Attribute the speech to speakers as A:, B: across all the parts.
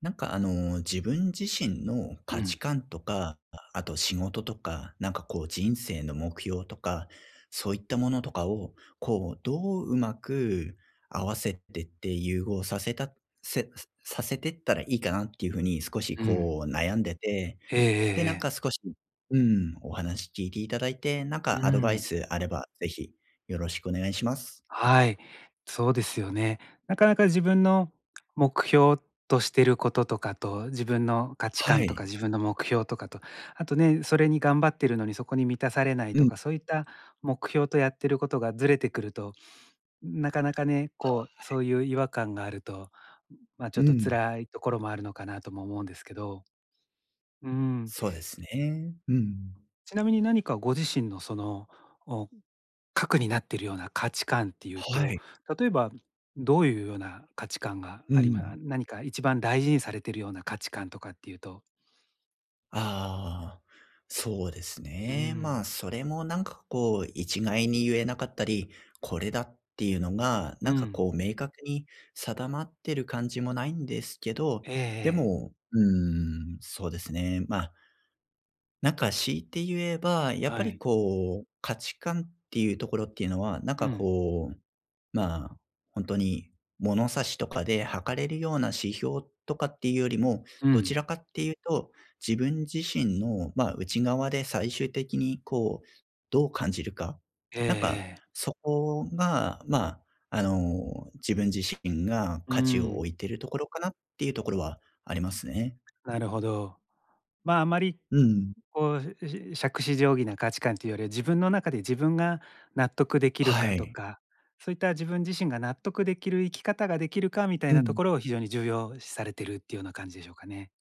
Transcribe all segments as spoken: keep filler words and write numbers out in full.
A: なんかあの、自分自身の
B: う
A: 価値
B: ん、
A: 観とか、あと仕事とか、なんかこう人生の目標とか、そういったものとかを、こう、どううまく合わせてって融合させた、せ、させてったらいいかなっていうふうに少し
B: うん。
A: こう悩んでて、
B: ええええ
A: で、なん
B: え
A: か
B: え。
A: 少し、うん、お話聞いていただいて、なん
B: う
A: かアドバイ
B: ん。
A: スあればぜひよろしくお願いします。
B: はい。そうですよね。なかなか自分の目標としてることとかと、自分の価値
A: は
B: 観と
A: い。
B: か自分の目標とかと、あとね、それに頑張ってるのにそこに満たされない
A: う
B: と
A: ん、
B: か、そういった目標とやってることがずれてくると、なかなかね、こう、そういう違和感があると、ま、ちょ
A: う
B: っと
A: ん。
B: 辛いところもあるのかなとも思うんですけど。うん。
A: そうですね。うん。
B: ちなみに何かご自身のその、お核になっているような価値観っていう
A: は
B: と、
A: い。
B: 例えばどういうような価値観が
A: う
B: ありま
A: ん。
B: 何か一番大事にされているような価値観とかっていうと。
A: ああ、そうです
B: うー
A: ね。まあ、
B: ん、
A: それもなんかこう、一概に言えなかったり、これだっていうのが、
B: う
A: なんかこ
B: ん。
A: う、明確に定まってる感じもないんですけど、
B: ええ
A: で
B: ええ。
A: も、うーん、そうですね。まあ、なんか強いて言えば、やっぱ
B: は
A: り
B: い。
A: こう、価値観っていうところっていうのは、なん
B: う
A: か
B: ん、
A: こう、まあ、本当に物差しとかで測れるような指標とかっていうよりも、
B: う
A: どち
B: ん。
A: らかっていうと、自分自身の、まあ、内側で最終的にこう、どう感じるか。
B: ええ
A: なんか、
B: ええ。
A: そこが、まあ、あの、自分自身が
B: うー
A: 価値を置い
B: ん。
A: てるところかなっていうところはありますね。
B: なるほど。まあ、あまり
A: うん。
B: こう、し杓子定規な価値観というよりは、自分の中で自分が納得できる
A: は
B: かと
A: い。
B: か、そういった自分自身が納得できる生き方ができるかみたい
A: う
B: なと
A: ん。
B: ころを非常に重要視されてるっていうような感じでしょうかね。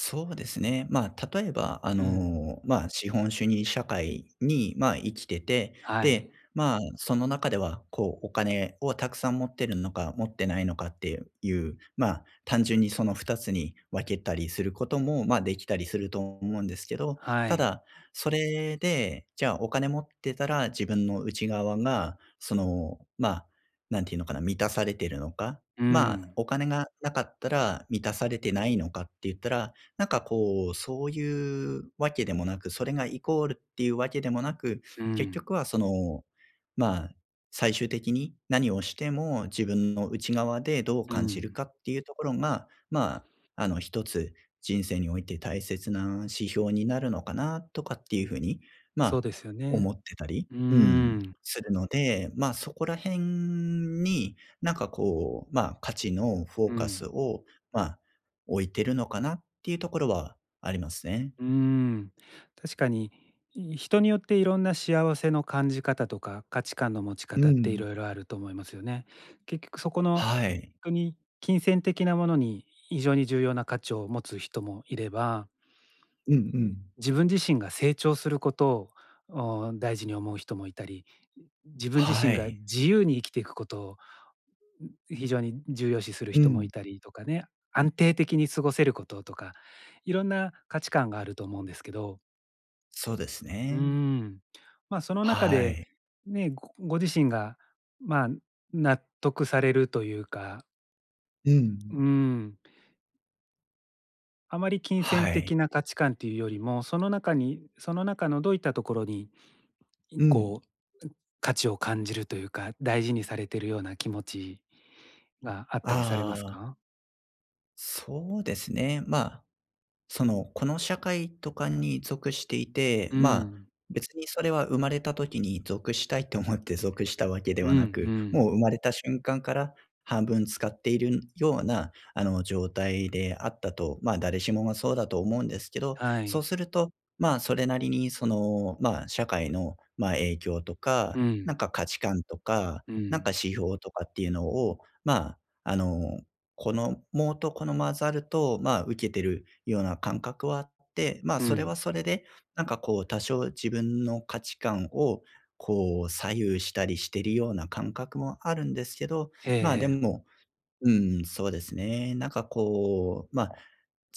A: そうですね。まあ、例えば、あ
B: うん。
A: の、まあ、資本主義社会に、まあ、生きてて、
B: は
A: で、
B: い。
A: まあ、その中では、こう、お金をたくさん持ってるのか、持ってないのかっていう、まあ、単純にそのふたつに分けたりすることも、まあ、できたりすると思うんですけど、
B: は
A: た
B: い。
A: だ、それで、じゃあ、お金持ってたら自分の内側が、その、まあ、なんていうのかな、満たされてるのか、
B: う
A: まあ、
B: ん。
A: お金がなかったら満たされてないのかって言ったら、なんかこう、そういうわけでもなく、それがイコールっていうわけでもなく、
B: う
A: 結
B: ん。
A: 局はその、まあ、最終的に何をしても自分の内側でどう
B: う
A: 感じるか
B: ん。
A: っていうところが、まあ、あの一つ人生において大切な指標になるのかなとかっていうふうに、ま
B: そう
A: あ、
B: ですよ
A: 思
B: ね。
A: ってたり、
B: うー
A: うん、
B: ん。
A: するので、まあそこら辺になんかこう、まあ価値のフォ
B: う
A: ーカス
B: ん。
A: を、まあ置いてるのかなっていうところはありますね。
B: うーん。確かに、い人によっていろんな幸せの感じ方とか、価値観の持ち
A: う
B: 方ってい
A: ん。
B: ろいろあると思いますよね。結局そこの、ほん
A: はい。
B: とに金銭的なものに非常に重要な価値を持つ人もいれば、
A: うんう
B: ん
A: ん。
B: 自分自身が成長することを、お、大事に思う人もいたり、自分自
A: は
B: 身が
A: い。
B: 自由に生きていくことを非常に重要視する
A: う
B: 人も
A: ん。
B: いたりとかね、安定的に過ごせることとか、いろんな価値観があると思うんですけど、
A: そうです
B: うー
A: ね。
B: ん。ま、その中
A: は
B: で、
A: い。
B: ね、ごご自身が、まあ、納得されるというか、
A: うん。
B: うん、あまり金
A: は
B: 銭
A: い。
B: 的な価値観っていうよりも、その中にその中のどういったところに、
A: うん。
B: こう、価値を感じるというか、大事にされてるような気持ちがあったりされます
A: ああ、
B: か？
A: そうですね。まあその、この社会とかに属していて、
B: う
A: まあ、
B: ん。
A: 別にそれは生まれた時に属したいと思って属したわけで
B: うんう
A: はなく、も
B: ん。
A: う生まれた瞬間から半分使っているような、あの、状態であったと、まあ、誰しもがそうだと思うんですけど、
B: は
A: そう
B: い。
A: すると、まあ、それなりにその、まあ、社会の、まあ、影響と
B: う
A: か、なん
B: ん、
A: か価値観とか、
B: う
A: なんか
B: ん、
A: 指標とかっていうのを、まあ、あのこのモーとこのマザルと、まあ、受けてるような感覚はあって、まあ、
B: う
A: それ
B: ん。
A: はそれで、なんかこう、多少自分の価値観を、こう、左右したりしてるような感覚もあるんですけど、
B: ええ
A: まあ、で
B: ええ。
A: も、うん、そうですね。なんかこう、まあ、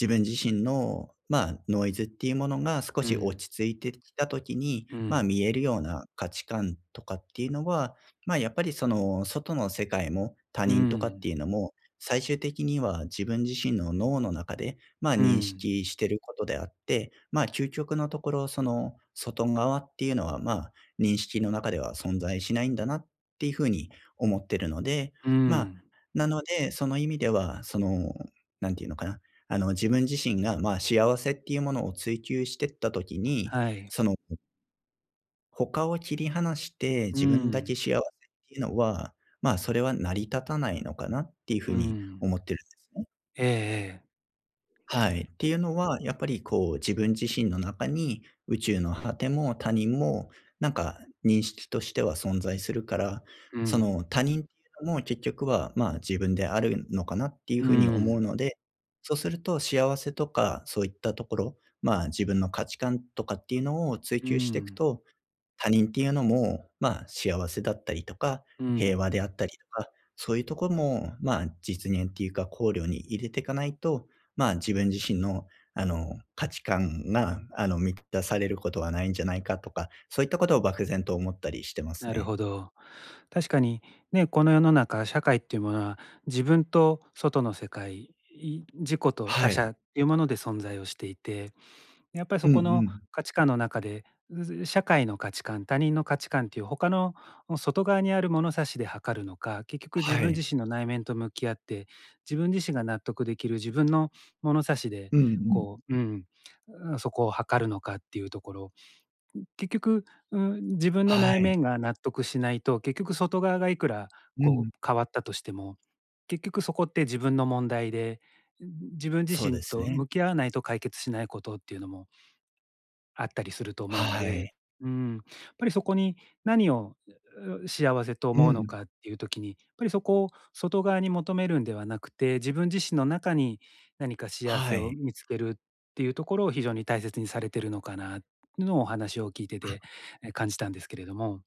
A: 自分自身の、まあ、ノイズっていうものが少
B: う
A: し落
B: ん、
A: ち着いてきたときに、
B: う
A: まあ、
B: ん、
A: 見えるような価値観とかっていうのは、まあ、やっぱりその外の世界も他
B: う
A: 人とかっ
B: ん、
A: ていうのも、最終的には自分自身の脳の中で、まあ、
B: う
A: 認
B: ん、
A: 識してることであって、まあ、究極のところ、その外側っていうのは、まあ、認識の中では存在しないんだなっていうふうに思ってるので、
B: う
A: まあ、
B: ん。
A: なので、その意味では、その、なんていうのかな、あの、自分自身が、まあ、幸せっていうものを追求してったときに、
B: はい。
A: その、他を切り離して
B: う
A: 自分だけ
B: ん、
A: 幸せっていうのは、まあ、それは成り立たないのかなっていうふ
B: う
A: うに
B: ん。
A: 思ってるんですね。
B: ええええ。
A: はい。っていうのは、やっぱりこう自分自身の中に宇宙の果ても他人もなんか認識としては存在するから、
B: う
A: そ
B: ん、
A: の他人っていうのも結局はまあ自分であるのかなっていう
B: う
A: ふうに思う
B: ん、
A: ので、そうすると幸せとかそういったところ、まあ自分の価値観とかっていうのを追
B: う
A: 求していく
B: ん、
A: と、他人っていうのも、まあ、幸せだったりとか、
B: う
A: 平
B: ん。
A: 和であったりとか、そういうところも、まあ、実現っていうか考慮に入れていかないと、まあ、自分自身の、あの、価値観が、あの、満たされることはないんじゃないかとか、そういったことを漠然と思ったりしてます
B: なる
A: ね。
B: ほど。確かにね、この世の中、社会っていうものは、自分と外の世界、い自己と
A: は
B: 他
A: い。
B: 者っていうもので存在をしていて、やっぱり
A: う
B: そ
A: んう
B: この
A: ん。
B: 価値観の中で、う社会の価値観、他人の価値観っていう他の外側にある物差しで測るのか、結局自
A: は
B: 分
A: い。
B: 自身の内面と向き合って、自分自身が納得できる自分の物差しで、
A: うんうん。
B: こう、うん、うん、そこを測るのかっていうところ、結局、うん、自分の
A: は
B: 内
A: い。
B: 面が納得しないと、結局外側がいくら
A: う
B: こ
A: ん。
B: う変わったとしても、結局そこって自分の問題で、自分
A: そう
B: 自
A: で
B: 身
A: す
B: と
A: ね。
B: 向き合わないと解決しないことっていうのもあったりすると思うの
A: はい。
B: で、うん、やっぱりそこに何を、う幸せと
A: う
B: 思うの
A: ん。
B: かっていう時に、やっぱりそこを外側に求めるんではなくて、自分自身の中に何か幸
A: は
B: せを
A: い。
B: 見つけるっていうところを非常に大切にされてるのかなっていうのをお話を聞いてて、え、感じたんですけれども。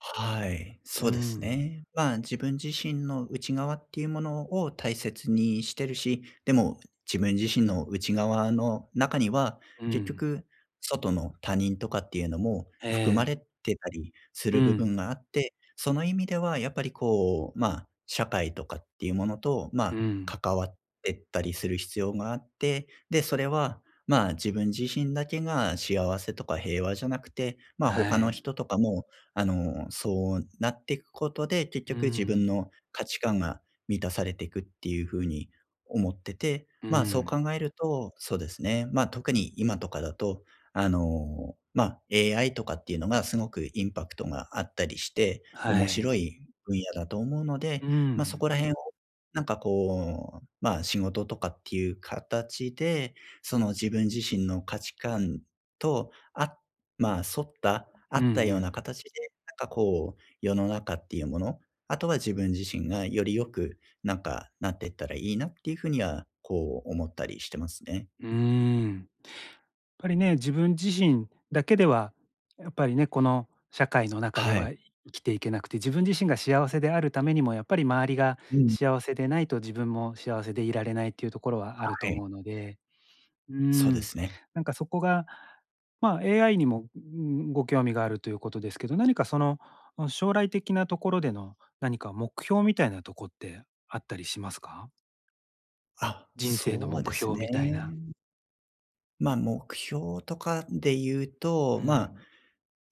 A: はい、
B: う
A: そうです
B: ん、
A: ね。まあ、自分自身の内側っていうものを大切にしてるし、でも自分自身の内側の中には、
B: う
A: 結
B: ん、
A: 局外の他人とかっていうのも
B: え
A: 含ま
B: え、
A: れてたりす
B: う
A: る部
B: ん、
A: 分があって、その意味ではやっぱりこう、まあ、社会とかっていうものと、ま
B: う
A: あ、
B: ん、
A: 関わってったりする必要があって、で、それは、まあ、自分自身だけが幸せとか平和じゃなくて、まあ、他
B: は
A: の
B: い。
A: 人とかもあの、そうなっていくことで、結
B: う
A: 局自分
B: ん、
A: の価値観が満たされていくっていう風に思ってて、
B: う
A: まあ、そう
B: ん、
A: 考えると、そうですね、まあ、特に今とかだと、あの、まあ、エーアイ とかっていうのがすごくインパクトがあったりして、
B: は
A: 面
B: い。
A: 白い分野だと思うので、
B: う
A: まあ、そ
B: ん、
A: こら辺をなんかこう、まあ、仕事とかっていう形で、その自分自身の価値観と合っまあ、沿った、あ
B: うんう
A: ったような
B: ん、
A: 形で、なんかこう、世の中っていうもの、あとは自分自身がより良く、なんか、なっていったらいいなっていうふうには、こう思ったりしてますね。
B: うーん。ぱりね、自分自身だけでは、やっぱりね、この社会の中で
A: は
B: は
A: い。
B: 生きていけなくて、自分自身が幸せであるためにも、やっぱり周りが
A: うん、
B: 幸せでないと自分も幸せでいられないっていうところはあると
A: はい。
B: 思うので、う
A: そうで
B: ん、
A: すね。
B: なんかそこが、まあ、エーアイ にも、うん、ご興味があるということですけど、何かその、ん、将来的なところでの何か目標みたいなとこってあったりしますか？
A: あ、
B: 人生の
A: そうで
B: 目
A: す
B: 標
A: ね。
B: みたいな。
A: まあ、目標とかで言う
B: う
A: と、まあ
B: ん。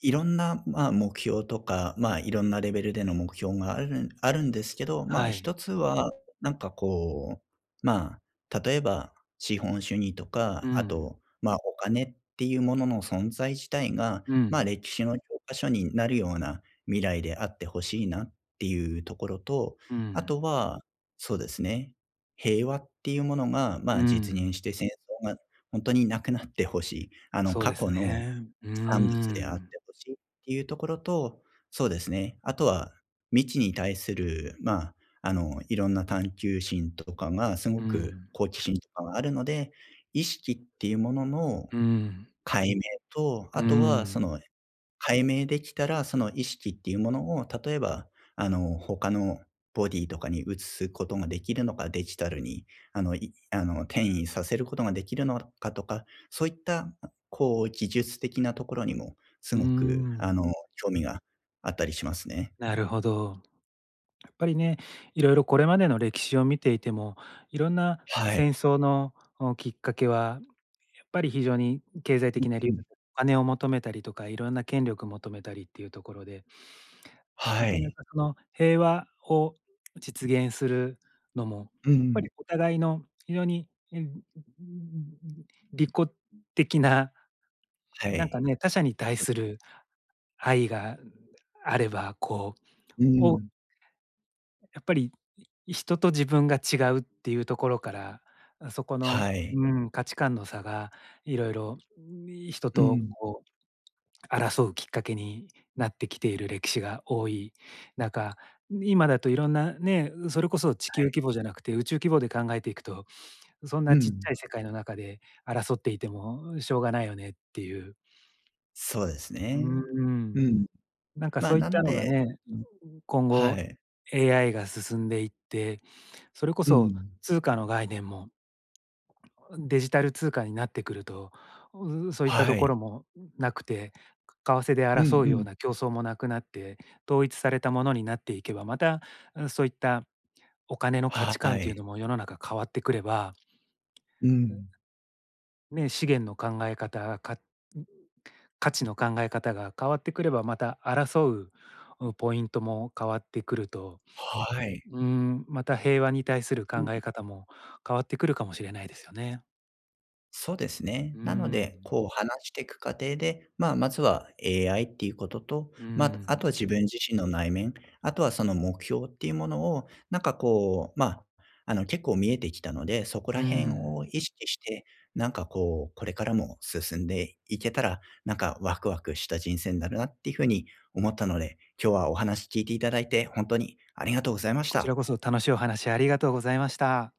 A: いろんな、まあ、目標とか、まあ、いろんなレベルでの目標があるあるんですけど、まあ、
B: はい。
A: 一つは、なんかこう、まあ、例えば資本主義と
B: う
A: か、あ
B: ん。
A: と、まあ、お金っていうものの存在自体が、
B: う
A: まあ、
B: ん。
A: 歴史の教科書になるような未来であってほしいなっていうところと、
B: う
A: あと
B: ん、
A: は、そうですね、平和っていうものが、ま
B: う
A: あ、実現
B: ん、
A: して戦争が本当になくなってほしい。あの、
B: そう
A: 過
B: です
A: 去の
B: ね。うー
A: 産物であって
B: ん、
A: ほしいっていうところと、そうですね、あとは未知に対する、まあ、あの、いろんな探求心とかがすご
B: う
A: く
B: ん、
A: 好奇心とかがあるので、意識っていうものの
B: うん、
A: 解明と、
B: う
A: あとはそ
B: ん、
A: の解明できたら、その意識っていうものを、例えば、あの、他のボディとかに移すことができるのか、デジタルに、あの、いあの、転移させることができるのかとか、そういった、こう、技術的なところにもす
B: うー
A: ごく、あの、
B: ん。
A: 興味があったりしますね。
B: なるほど。やっぱりね、いろいろこれまでの歴史を見ていても、いろんな
A: はい。
B: 戦争の、お、きっかけは、やっぱり非常に経済
A: うん
B: 的な理
A: う
B: 由、
A: ん。
B: お金を求めたりとか、いろんな権力求めたりっていうところでな
A: は
B: かな
A: い。
B: かその平和を実現するのも、やっ
A: う
B: ぱ
A: ん
B: りお互いの非常に、えん、利己的な、
A: は
B: なんか
A: い。
B: ね、他者に対
A: そうで
B: す
A: す。
B: る愛があれば、こう、
A: う
B: を
A: ん。
B: やっぱり、い人と自分が違うっていうところから、あ、そこの、
A: はい。
B: うん、価値観の差がいろいろ、ん人
A: う
B: と
A: ん。
B: こう争うきっかけになってきている歴史が多い中、今だといろんなね、それこそ地
A: は
B: 球
A: い。
B: 規模じゃなくて宇宙規模で考えていくと、そん
A: う
B: なちっち
A: ん。
B: ゃい世界の中で争っていてもしょうがないよねっていう。
A: そうです
B: うー
A: ね。う
B: ん。
A: ん。
B: なんか
A: まあ、
B: そういっ
A: なの
B: たのが
A: で
B: ね、
A: うん、
B: 今
A: は
B: 後
A: い。
B: エーアイ が進んでいって、それこ
A: う
B: そ
A: ん。
B: 通貨の概念もデジタル通貨になってくると、うそういった
A: は
B: とこ
A: い。
B: ろもなくて、為替で
A: うん
B: 争
A: う
B: うよう
A: ん。
B: な競争もなくなって、統一されたものになっていけば、また、うんそういったお金の価値
A: は
B: 観っていう
A: い。
B: のも世の中変わってくれば、
A: うん。
B: ね、資源の考え方、か価値の考え方が変わってくれば、また争う、うんポイントも変わってくると、
A: はい。
B: うん、また平和に対する考え方も変わってくるかもしれないですよね。
A: そうですね。
B: う
A: なので、
B: ん。
A: こう話していく過程で、まあ、まずは エーアイ っていうことと、
B: う
A: まあ、あ
B: ん。
A: とは自分自身の内面、あとはその目標っていうものを、なんかこう、まあ、あの結構見えてきたので、そこ
B: う
A: ら辺
B: ん。
A: を意識して、なんかこう、これからも進んでいけたら、なんかワクワクした人生になるなっていうふうに思ったので、今日はお話聞いていただいて、本当にありがとうございまし
B: こちら
A: た。
B: こそ楽しいお話ありがとうございました。